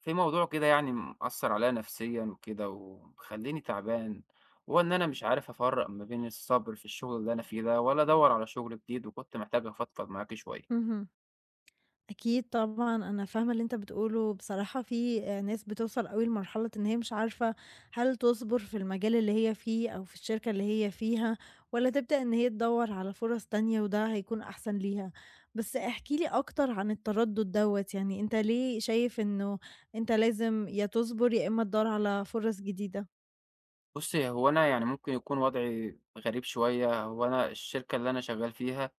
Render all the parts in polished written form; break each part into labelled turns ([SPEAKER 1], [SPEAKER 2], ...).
[SPEAKER 1] في موضوع كده يعني مأثّر عليَّ نفسيًا وكده ومخلّيني تعبان، وهو إن أنا مش عارف أفرّق ما بين الصبر في الشغل اللي أنا فيه ده، ولا أدوّر على شغل جديد، وكنت محتاج أفضفض معاكِ شوية.
[SPEAKER 2] اهم. أكيد طبعًا، أنا فاهمة اللي أنت بتقوله، بصراحة في ناس بتوصل أوي لمرحلة إن هي مش عارفة هل تصبر في المجال اللي هي فيه أو في الشركة اللي هي فيها، والّا تبدأ إن هي تدوّر على فرص تانية وده هيكون أحسن ليها. بس احكِ لي أكتر عن التردد دوّة، يعني أنت ليه شايف إنه أنت لازم يا تصبر يا إما تدوّر على فرص جديدة؟
[SPEAKER 1] بُصّي، هو أنا يعني ممكن يكون وضعي غريب شوية. هو أنا الشركة اللي أنا شغّال فيها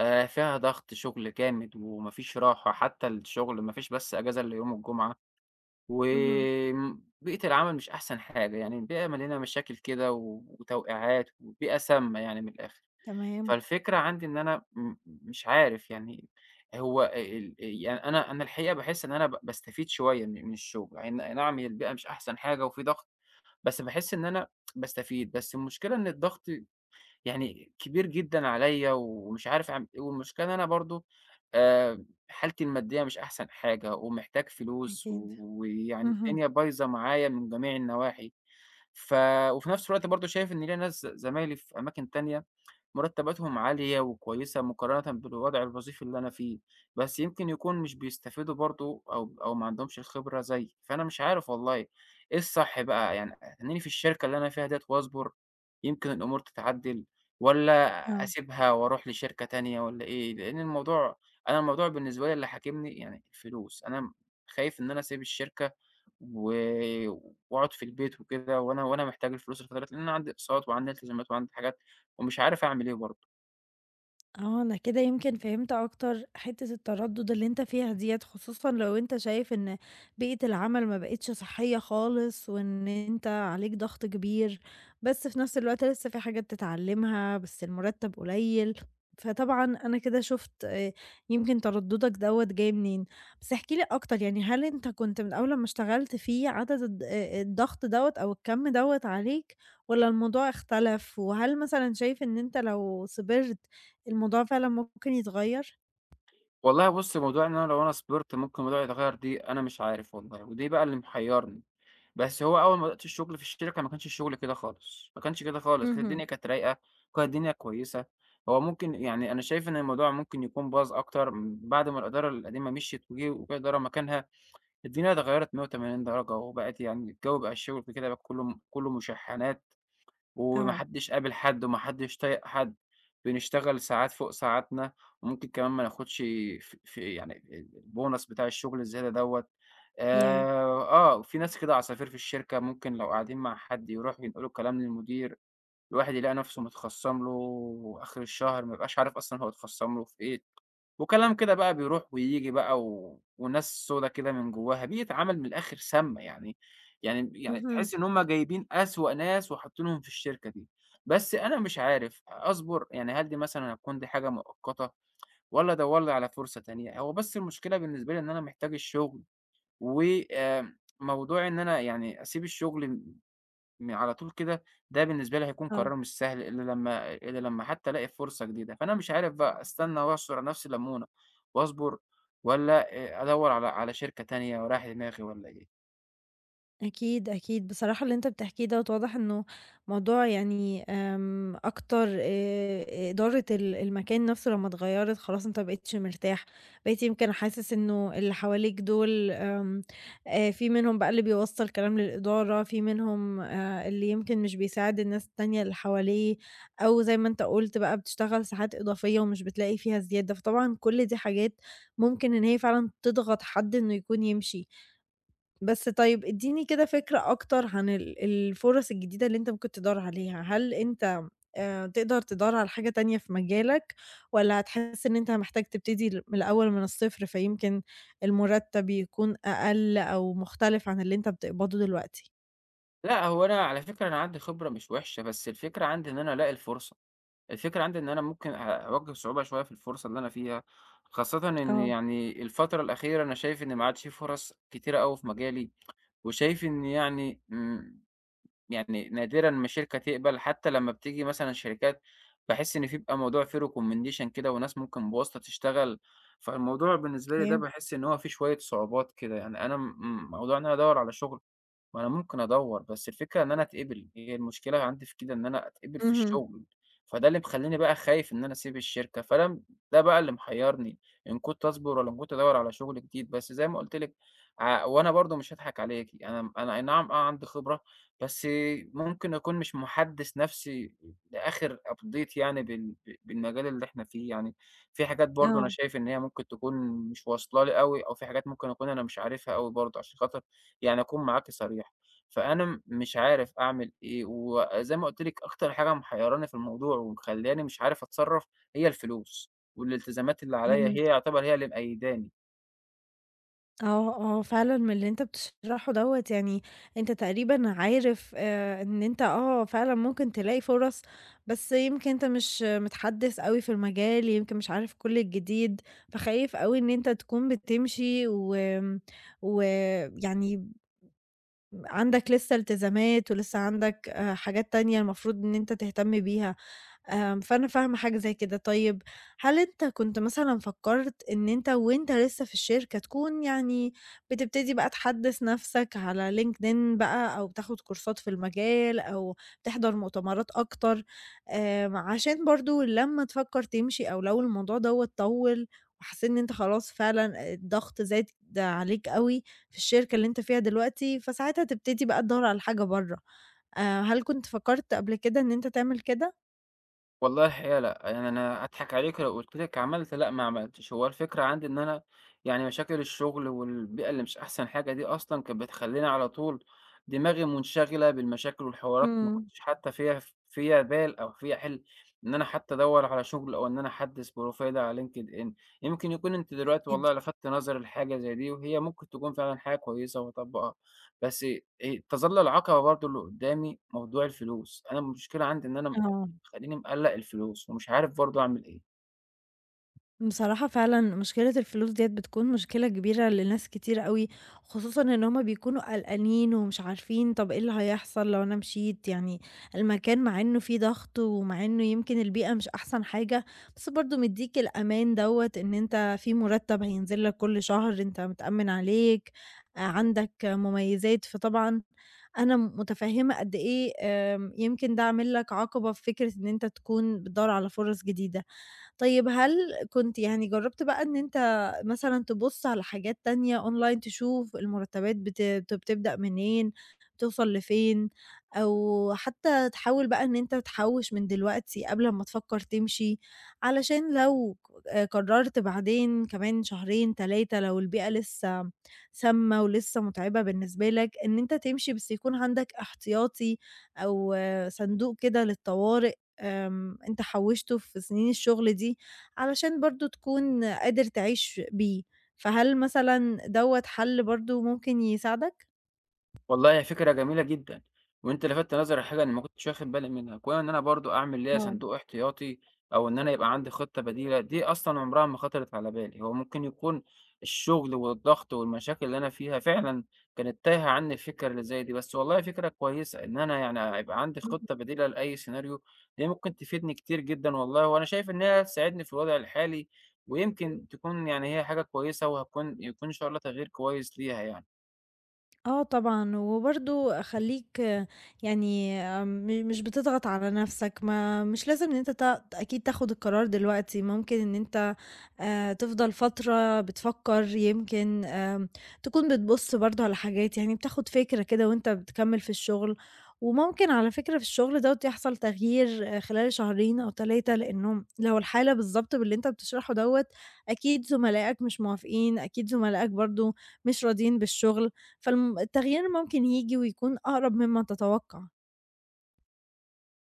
[SPEAKER 1] فيها ضغط شغل جامد وما فيش راحة، حتى الشغل ما فيش بس إجازة إلا يوم الجمعة.
[SPEAKER 2] اهم،
[SPEAKER 1] بيئة العمل مش أحسن حاجة، يعني بيئة مليانة مشاكل كده وتوقيعات وبيئة سامة يعني من الآخر.
[SPEAKER 2] تمام،
[SPEAKER 1] فالفكرة عندي إن أنا مش عارف يعني. هو ال يعني أنا الحقيقة باحس إن أنا باستفيد شوية من الشغل، أي نعم هي البيئة مش أحسن حاجة وفي ضغط، بس باحس إن أنا باستفيد. بس المشكلة إن الضغط يعني كبير جدًا عليّا ومش عارف أعمل إيه، والمشكلة إن أنا برضه حالتي المادية مش أحسن حاجة ومحتاج فلوس،
[SPEAKER 2] أكيد.
[SPEAKER 1] ويعني
[SPEAKER 2] اهم،
[SPEAKER 1] الدنيا بايظة معايا من جميع النواحي. ف وفي نفس الوقت برضه شايف إن ليّا ناس زمايلي في أماكن تانية مرتباتهم عالية وكويسة مقارنة بالوضع الوظيفي اللي أنا فيه، بس يمكن يكون مش بيستفيدوا برضه أو ما عندهمش الخبرة زيي، فأنا مش عارف والله إيه الصح بقى. يعني أتنيني في الشركة اللي أنا فيها ديّة وأصبر، يمكن الأمور تتعدل، والّا
[SPEAKER 2] آه.
[SPEAKER 1] أسيبها وأروح لشركة تانية والّا إيه؟ لإن الموضوع أنا الموضوع بالنسبة لي اللي حاكمني يعني الفلوس. أنا خايف إن أنا أسيب الشركة و وأقعد في البيت وكده، وأنا محتاج الفلوس الفترة ديّة، لإن أنا عندي أقساط وعندي التزامات وعندي حاجات ومش عارف أعمل إيه برضه.
[SPEAKER 2] آه، أنا كده يمكن فهمت أكتر حتّة التردُّد اللي أنت فيها ديّة، خصوصًا لو أنت شايف إن بيئة العمل ما بقِتش صحّية خالص وإن أنت عليك ضغط كبير، بس في نفس الوقت لسّه في حاجات تتعلّمها، بس المُرتَّب قليّل، فطبعًا أنا كده شُفت يمكن تردُّدك دوّة جاي منين. بس احكِ لي أكتر، يعني هل أنت كنت من أول لمّا اشتغلت فيه عدد الض الضغط دوّة أو الكَم دوّة عليك والّا الموضوع اختلف؟ وهل مثلًا شايف إن أنت لو صبرت الموضوع فعلًا ممكن يتغيّر؟
[SPEAKER 1] والله بُص، موضوع إن أنا لو أنا صبرت ممكن الموضوع يتغيّر دي أنا مش عارف والله، ودي بقى اللي محيّرني. بس هو أول ما بدأت الشغل في الشركة ما كانش الشغل كده خالص، ما كانش كده خالص، كانت
[SPEAKER 2] اهم.
[SPEAKER 1] الدنيا كانت رايقة، وكانت الدنيا كويسة. هو ممكن يعني أنا شايف إن الموضوع ممكن يكون باظ أكتر بعد ما الإدارة القديمة مشيت وجه إدارة مكانها، الدنيا اتغيّرت 180 درجة وبقت، يعني الجو بقى الشغل في كده بقى كُلّه مشحّنات. وما
[SPEAKER 2] آه.
[SPEAKER 1] حدّش قابل حد وما حدّش طايق حد، بنشتغل ساعات فوق ساعاتنا، وممكن كمان ما ناخدش ف ف يعني البونص بتاع الشغل الزيادة دوّة.
[SPEAKER 2] ياه!
[SPEAKER 1] في ناس كده عصافير في الشركة ممكن لو قاعدين مع حد يروحوا ينقلوا الكلام للمدير، الواحد يلاقي نفسه متخصم له آخر الشهر ما يبقاش عارف أصلًا هو اتخصم له في إيه. وكلام كده بقى بيروح وييجي بقى، وناس سودا كده من جواها، بيئة عمل من الآخر سامة، يعني
[SPEAKER 2] اهم،
[SPEAKER 1] تحس إن هُم جايبين أسوأ ناس وحاطينهم في الشركة دي. بس أنا مش عارف أصبر، يعني هل دي مثلًا هتكون دي حاجة مؤقتة والّا أدوّر لي على فرصة تانية؟ هو بس المشكلة بالنسبة لي إن أنا محتاج الشغل، و موضوع إن أنا يعني أسيب الشغل على طول كده، ده بالنسبة لي هيكون
[SPEAKER 2] آه.
[SPEAKER 1] قرار مش سهل إلا لمّا حتى ألاقي فرصة جديدة. فأنا مش عارف بقى أستنى وأعصر على نفسي ليمونة وأصبر، والّا أدوّر على شركة تانية وأريّح دماغي والّا إيه؟
[SPEAKER 2] أكيد، أكيد. بصراحة اللي أنت بتحكيه دوّة واضح إنه موضوع يعني أكتر إدارة المكان نفسه لمّا اتغيّرت خلاص أنت ما بقيتش مرتاح، بقيت يمكن حاسس إنه اللي حواليك دول آمم في منهم بقى اللي بيوصّل كلام للإدارة، في منهم اللي يمكن مش بيساعد الناس التانية اللي حواليه، أو زي ما أنت قُلت بقى بتشتغل ساعات إضافية ومش بتلاقي فيها زيادة، فطبعًا كل دي حاجات ممكن إن هي فعلًا تضغط حد إنه يكون يمشي. بس طيب ادّيني كده فكرة أكتر عن الفُرَص الجديدة اللي أنت ممكن تدوّر عليها، هل أنت تقدر تدوّر على حاجة تانية في مجالك، والّا هتحس إن أنت محتاج تبتدي من الأول من الصفر فيمكن المُرتّب يكون أقل أو مختلف عن اللي أنت بتقبضه دلوقتي؟
[SPEAKER 1] لأ، هو أنا على فكرة أنا عندي خبرة مش وحشة، بس الفكرة عندي إن أنا ألاقي الفرصة. الفكرة عندي إن أنا ممكن أواجه صعوبة شوية في الفرصة اللي أنا فيها، خاصةً إن
[SPEAKER 2] آه،
[SPEAKER 1] يعني الفترة الأخيرة أنا شايف إن ما عادش في فرص كتيرة أوي في مجالي، وشايف إن يعني يعني نادرًا ما شركة تقبل، حتى لمّا بتيجي مثلًا شركات باحس إن في بيبقى موضوع في recommendation كده وناس ممكن بواسطة تشتغل. فالموضوع بالنسبة لي ده
[SPEAKER 2] أوكي.
[SPEAKER 1] باحس إن هو فيه شوية صعوبات كده، يعني أنا موضوع إن أنا أدوّر على شغل ما أنا ممكن أدوّر، بس الفكرة إن أنا أتقبل، هي المشكلة عندي في كده إن أنا أتقبل في
[SPEAKER 2] اهم،
[SPEAKER 1] الشغل، فده اللي مخلّيني بقى خايف إن أنا أسيب الشركة، فأنا م ده بقى اللي محيّرني، إن كنت أصبر والّا إن كنت أدوّر على شغل جديد. بس زي ما قُلت لِك وأنا برضه مش هاضحك عليكِ، أنا أي نعم آه عندي خبرة، بس ممكن أكون مش محدّث نَفْسي لآخر update، يعني بالمجال اللي إحنا فيه، يعني في حاجات برضه أنا
[SPEAKER 2] آه،
[SPEAKER 1] شايف إن هي ممكن تكون مش واصلة لي أوي، أو في حاجات ممكن أكون أنا مش عارفها أوي برضه، عشان خاطر يعني أكون معاكِ صريح. فأنا مش عارف أعمل إيه، وزي ما قُلت لِك أكتر حاجة محيّراني في الموضوع ومخلّياني مش عارف أتصرّف هي الفلوس، والالتزامات اللي عليَّ
[SPEAKER 2] فهمت.
[SPEAKER 1] هي يعتبر هي اللي مقيّداني.
[SPEAKER 2] آه، آه، فعلًا من اللي أنت بتشرحه دوّة يعني أنت تقريبًا عارف إن أنت آه، فعلًا ممكن تلاقي فرص، بس يمكن أنت مش متحدّث أوي في المجال، يمكن مش عارف كل الجديد، فخايف أوي إن أنت تكون بتمشي و ويعني عندك لسه التزامات ولسه عندك حاجات تانية المفروض إن أنت تهتم بيها، فأنا فاهمة حاجة زي كده. طيب هل أنت كنت مثلًا فكّرت إن أنت وأنت لسه في الشركة تكون يعني بتبتدي بقى تحدّث نَفْسك على LinkedIn بقى أو تاخُد كورسات في المجال أو تحضر مؤتمرات أكتر، عشان برضه لمّا تفكّر تمشي أو لو الموضوع دوّة طوّل وحسّيت إن أنت خلاص فعلًا الضغط زاد عليك أوي، في الشركة اللي أنت فيها دلوقتي، فساعتها تبتدي بقى تدوّر على حاجة برّه. هل كنت فكّرت قبل كده إن أنت تعمل كده؟
[SPEAKER 1] والله الحقيقة لأ، يعني أنا أضحك عليكِ لو قُلت لِك عملت، لأ ما عملتش. هو الفكرة عندي إن أنا يعني مشاكل الشغل والبيئة اللي مش أحسن حاجة دي أصلًا كانت بتخلّيني على طول دماغي منشغلة بالمشاكل والحوارات، ما
[SPEAKER 2] إمم،
[SPEAKER 1] كنتش حتى فيها بال أو فيها حِلْم إن أنا حتى أدوّر على شغل أو إن أنا أحدّث بروفايلي على LinkedIn. يمكن يكون أنتِ دلوقتي
[SPEAKER 2] أكيد.
[SPEAKER 1] والله لفتِ نظري لحاجة زي دي، وهي ممكن تكون فعلًا حاجة كويسة وهاطبّقها، بس تظَل العقبة برضه اللي قُدّامي موضوع الفلوس. أنا المشكلة عندي إن أنا
[SPEAKER 2] آه.
[SPEAKER 1] مخلّيني مقلّق الفلوس ومش عارف برضه أعمل إيه.
[SPEAKER 2] بصراحة فعلًا مشكلة الفلوس ديّة بتكون مشكلة كبيرة لناس كتير أوي، خصوصًا إن هُم بيكونوا قلقانين ومش عارفين طَب إيه اللي هيحصل لو أنا مشيت، يعني المكان مع إنه فيه ضغط ومع إنه يمكن البيئة مش أحسن حاجة، بس برضه مدّيك الأمان دوّة إن أنت في مرتب هينزل لك كل شهر، أنت متأمن عليك، عندك مميزات، فطبعًا أنا متفهمة قد إيه آمم، يمكن ده عامل لك عقبة في فكرة إن أنت تكون بتدوّر على فرص جديدة. طيب هل كنت يعني جرّبت بقى إن أنت مثلًا تبُص على حاجات تانية أونلاين تشوف المرتبات بت بت بتبدأ منين، بتوصل لفين، أو حتى تحاول بقى إن أنت تحوّش من دلوقتي قبل أمّا تفكّر تمشي، علشان لو قررت بعدين كمان شهرين، 3 لو البيئة لسه سامة ولسه مُتعبة بالنسبة لك، إن أنت تمشي بس يكون عندك احتياطي أو آه، صندوق كده للطوارئ. آمم، أنت حوّشته في سنين الشغل دي علشان برضه تكون قادر تعيش بيه، فهل مثلًا دوّة حل برضه ممكن يساعدك؟
[SPEAKER 1] والله هي فكرة جميلة جدًا، وأنت لفتت نظري لحاجة أنا ما كنتش واخد بالي منها، كون إن أنا برضه أعمل ليّا
[SPEAKER 2] آه.
[SPEAKER 1] صندوق احتياطي أو إن أنا يبقى عندي خطة بديلة، دي أصلًا عمرها ما خطرت على بالي. هو ممكن يكون الشغل والضغط والمشاكل اللي أنا فيها فعلًا كانت تايهة عني الفكرة اللي زي دي، بس والله فكرة كويسة إن أنا يعني هيبقى عندي خطة بديلة لأي سيناريو. دي ممكن تفيدني كتير جدًا والله، وأنا شايف إن هي هتساعدني في الوضع الحالي، ويمكن تكون يعني هي حاجة كويسة يكون إن شاء الله تغيير كويس ليها يعني.
[SPEAKER 2] آه طبعًا، وبرضه خلّيك آه، يعني آه، مش بتضغط على نَفْسك، ما مش لازم إن أنت ت أكيد تاخُد القرار دلوقتي، ممكن إن أنت تفضل فترة بتفكّر، يمكن تكون بتبُص برضه على حاجات، يعني بتاخُد فكرة كده وأنت بتكمّل في الشُغل، وممكن على فكرة في الشُغل دوّة يحصل تغيير آه، خلال شهرين أو 3 لإنه لو الحالة بالضبط باللي أنت بتشرحه دوّة، أكيد زملائك مش موافقين، أكيد زملائك برضه مش راضيين بالشُغل. التغيير ممكن ييجي ويكون أقرب مما تتوقع.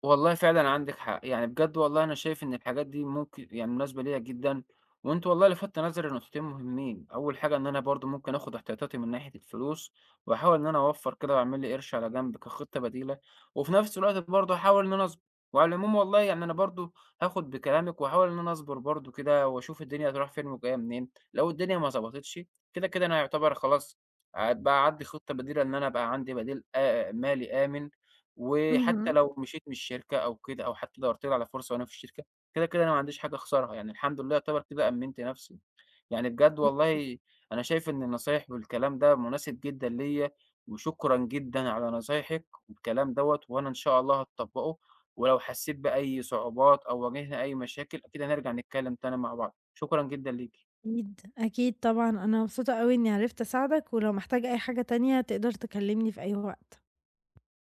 [SPEAKER 1] والله فعلًا عندِك حق، يعني بجد والله أنا شايف إن الحاجات دي ممكن يعني مناسبة ليّا جدًا، وأنتِ والله لفتّ نظري لنقطتين مهمين. أول حاجة إن أنا برضه ممكن آخد احتياطاتي من ناحية الفلوس، وأحاول إن أنا أوفّر كده وأعمل لي قرش على جنب كخطة بديلة، وفي نفس الوقت برضه أحاول إن أنا أصبر. وعلى العموم والله يعني أنا برضه هاخد بكلامِك وأحاول إن أنا أصبر برضه كده وأشوف الدنيا هتروح فين وجاية منين، لو الدنيا ما ضبطتش كده، كده أنا يعتبر خلاص بقى عندي خطة بديلة إن أنا أبقى عندي بديل مالي آمن. وحتى
[SPEAKER 2] اهم.
[SPEAKER 1] لو مشيت من الشركة أو كده أو حتى دورت لي على فرصة وأنا في الشركة، كده، كده أنا ما عنديش حاجة أخسرها، يعني الحمد لله يعتبر كده أمِّنت نفسي. يعني بجد والله أنا شايف إن النصايح والكلام ده مناسب جدًا ليّا، وشكرًا جدًا على نصايحِك والكلام دوّة، وأنا إن شاء الله هاتطبّقه، ولو حسيت بأي صعوبات أو واجهنا أي مشاكل أكيد هنرجع نتكلم تاني مع بعض. شكرًا جدًا ليكِ.
[SPEAKER 2] أكيد، أكيد طبعًا، أنا مبسوطة أوي إني عرفت أساعدك، ولو محتاج أي حاجة تانية تقدر تكلمني في أي وقت.